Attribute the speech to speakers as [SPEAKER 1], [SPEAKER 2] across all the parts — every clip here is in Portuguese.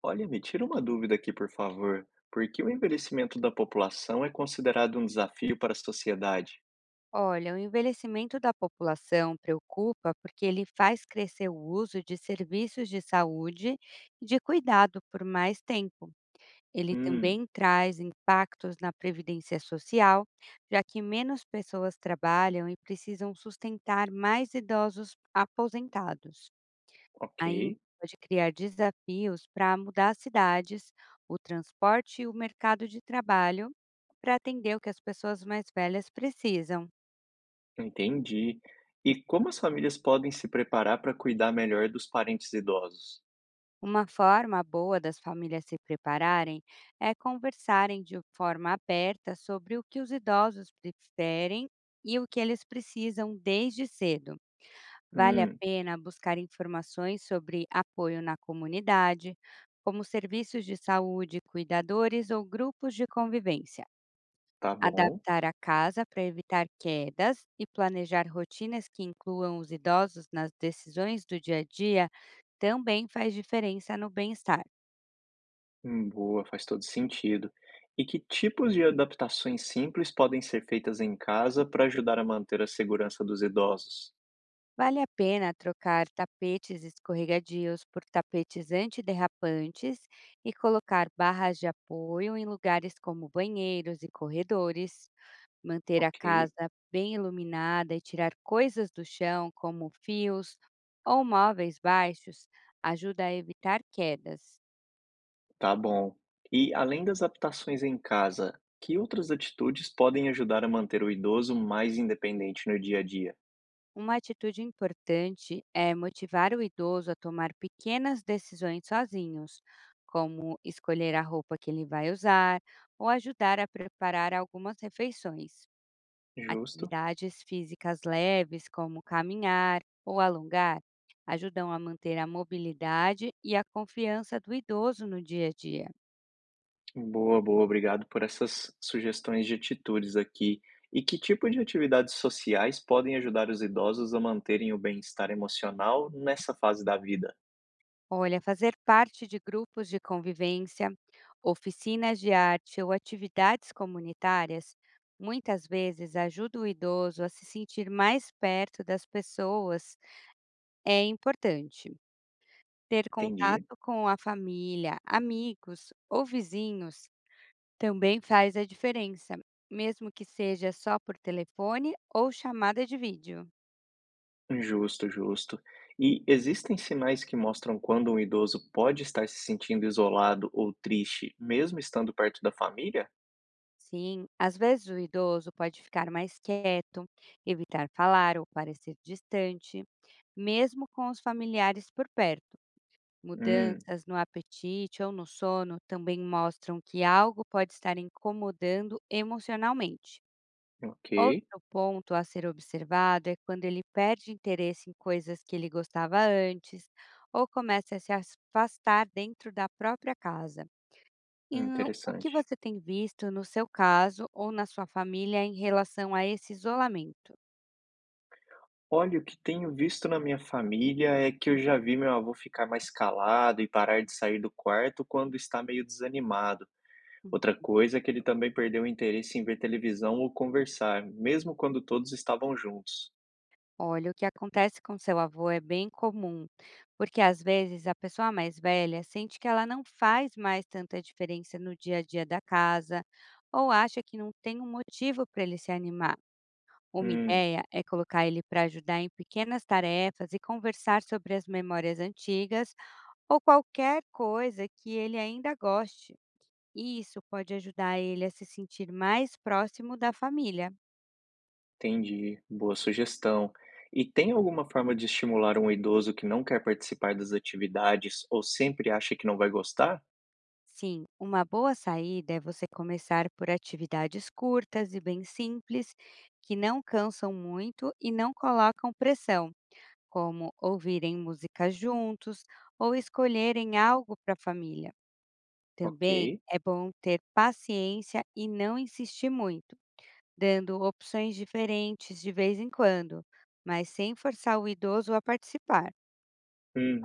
[SPEAKER 1] Olha, me tira uma dúvida aqui, por favor. Por que o envelhecimento da população é considerado um desafio para a sociedade?
[SPEAKER 2] Olha, o envelhecimento da população preocupa porque ele faz crescer o uso de serviços de saúde e de cuidado por mais tempo. Ele
[SPEAKER 1] Hum,
[SPEAKER 2] também traz impactos na previdência social, já que menos pessoas trabalham e precisam sustentar mais idosos aposentados.
[SPEAKER 1] ok,
[SPEAKER 2] Ainda pode criar desafios para mudar as cidades, o transporte e o mercado de trabalho para atender o que as pessoas mais velhas precisam.
[SPEAKER 1] entendi. E como as famílias podem se preparar para cuidar melhor dos parentes idosos?
[SPEAKER 2] Uma forma boa das famílias se prepararem é conversarem de forma aberta sobre o que os idosos preferem e o que eles precisam desde cedo. Vale a
[SPEAKER 1] Hum,
[SPEAKER 2] pena buscar informações sobre apoio na comunidade, como serviços de saúde, cuidadores ou grupos de convivência.
[SPEAKER 1] tá bom.
[SPEAKER 2] Adaptar a casa para evitar quedas e planejar rotinas que incluam os idosos nas decisões do dia a dia também faz diferença no bem-estar.
[SPEAKER 1] Boa, faz todo sentido. E que tipos de adaptações simples podem ser feitas em casa para ajudar a manter a segurança dos idosos?
[SPEAKER 2] Vale a pena trocar tapetes escorregadios por tapetes antiderrapantes e colocar barras de apoio em lugares como banheiros e corredores, manter a
[SPEAKER 1] Ok,
[SPEAKER 2] casa bem iluminada e tirar coisas do chão, como fios ou móveis baixos, ajuda a evitar quedas.
[SPEAKER 1] tá bom. E além das adaptações em casa, que outras atitudes podem ajudar a manter o idoso mais independente no dia a dia?
[SPEAKER 2] Uma atitude importante é motivar o idoso a tomar pequenas decisões sozinhos, como escolher a roupa que ele vai usar ou ajudar a preparar algumas refeições.
[SPEAKER 1] Justo.
[SPEAKER 2] Atividades físicas leves, como caminhar ou alongar, ajudam a manter a mobilidade e a confiança do idoso no dia a dia.
[SPEAKER 1] Boa, boa, obrigado por essas sugestões de atitudes aqui. E que tipo de atividades sociais podem ajudar os idosos a manterem o bem-estar emocional nessa fase da vida?
[SPEAKER 2] Olha, fazer parte de grupos de convivência, oficinas de arte ou atividades comunitárias muitas vezes ajuda o idoso a se sentir mais perto das pessoas. É importante ter
[SPEAKER 1] Entendi.
[SPEAKER 2] contato com a família, amigos ou vizinhos também faz a diferença, mesmo que seja só por telefone ou chamada de vídeo.
[SPEAKER 1] Justo, justo. E existem sinais que mostram quando um idoso pode estar se sentindo isolado ou triste, mesmo estando perto da família?
[SPEAKER 2] Sim, às vezes o idoso pode ficar mais quieto, evitar falar ou parecer distante, mesmo com os familiares por perto.
[SPEAKER 1] Hum.
[SPEAKER 2] Mudanças no apetite ou no sono também mostram que algo pode estar incomodando emocionalmente.
[SPEAKER 1] Ok,
[SPEAKER 2] Outro ponto a ser observado é quando ele perde interesse em coisas que ele gostava antes ou começa a se afastar dentro da própria casa. E o que
[SPEAKER 1] interessante.
[SPEAKER 2] você tem visto no seu caso ou na sua família em relação a esse isolamento?
[SPEAKER 1] Olha, o que tenho visto na minha família é que eu já vi meu avô ficar mais calado e parar de sair do quarto quando está meio desanimado. Outra
[SPEAKER 2] Hum.
[SPEAKER 1] coisa é que ele também perdeu o interesse em ver televisão ou conversar, mesmo quando todos estavam juntos.
[SPEAKER 2] Olha, o que acontece com seu avô é bem comum, porque às vezes a pessoa mais velha sente que ela não faz mais tanta diferença no dia a dia da casa ou acha que não tem um motivo para ele se animar. Uma
[SPEAKER 1] Hum,
[SPEAKER 2] ideia é colocar ele para ajudar em pequenas tarefas e conversar sobre as memórias antigas ou qualquer coisa que ele ainda goste. E isso pode ajudar ele a se sentir mais próximo da família.
[SPEAKER 1] entendi. Boa sugestão. E tem alguma forma de estimular um idoso que não quer participar das atividades ou sempre acha que não vai gostar?
[SPEAKER 2] Sim, uma boa saída é você começar por atividades curtas e bem simples, que não cansam muito e não colocam pressão, como ouvirem música juntos ou escolherem algo para a família. Também
[SPEAKER 1] Ok.
[SPEAKER 2] é bom ter paciência e não insistir muito, dando opções diferentes de vez em quando, mas sem forçar o idoso a participar.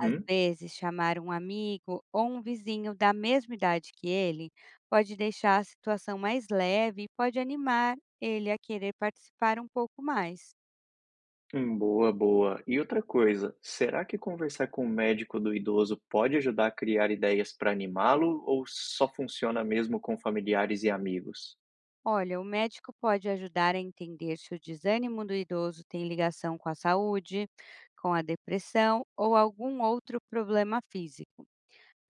[SPEAKER 2] Às vezes, chamar um amigo ou um vizinho da mesma idade que ele pode deixar a situação mais leve e pode animar ele a querer participar um pouco mais.
[SPEAKER 1] Boa, boa. E outra coisa, será que conversar com o médico do idoso pode ajudar a criar ideias para animá-lo ou só funciona mesmo com familiares e amigos?
[SPEAKER 2] Olha, o médico pode ajudar a entender se o desânimo do idoso tem ligação com a saúde, com a depressão ou algum outro problema físico.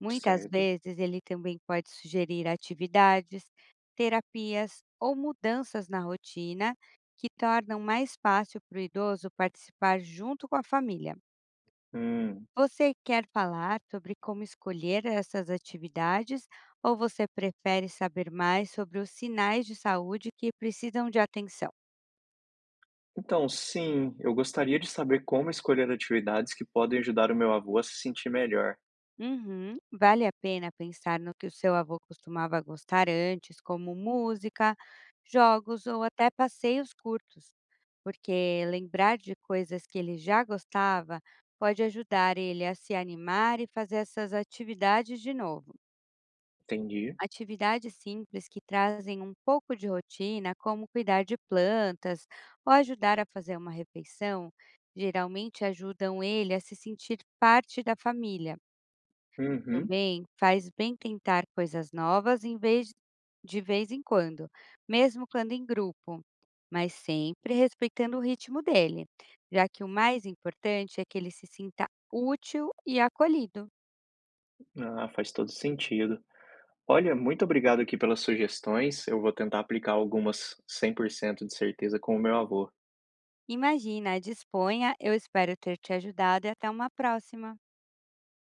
[SPEAKER 2] Muitas
[SPEAKER 1] Certo.
[SPEAKER 2] vezes ele também pode sugerir atividades, terapias ou mudanças na rotina que tornam mais fácil para o idoso participar junto com a família.
[SPEAKER 1] Hum.
[SPEAKER 2] Você quer falar sobre como escolher essas atividades ou você prefere saber mais sobre os sinais de saúde que precisam de atenção?
[SPEAKER 1] Então, sim, eu gostaria de saber como escolher atividades que podem ajudar o meu avô a se sentir melhor.
[SPEAKER 2] Uhum. Vale a pena pensar no que o seu avô costumava gostar antes, como música, jogos ou até passeios curtos, porque lembrar de coisas que ele já gostava pode ajudar ele a se animar e fazer essas atividades de novo.
[SPEAKER 1] Entendi.
[SPEAKER 2] Atividades simples que trazem um pouco de rotina, como cuidar de plantas ou ajudar a fazer uma refeição, geralmente ajudam ele a se sentir parte da família.
[SPEAKER 1] Uhum.
[SPEAKER 2] Também faz bem tentar coisas novas em vez de vez em quando, mesmo quando em grupo, mas sempre respeitando o ritmo dele, já que o mais importante é que ele se sinta útil e acolhido.
[SPEAKER 1] Ah, faz todo sentido. Olha, muito obrigado aqui pelas sugestões. Eu vou tentar aplicar algumas 100% de certeza com o meu avô.
[SPEAKER 2] Imagina, disponha, eu espero ter te ajudado e até uma próxima.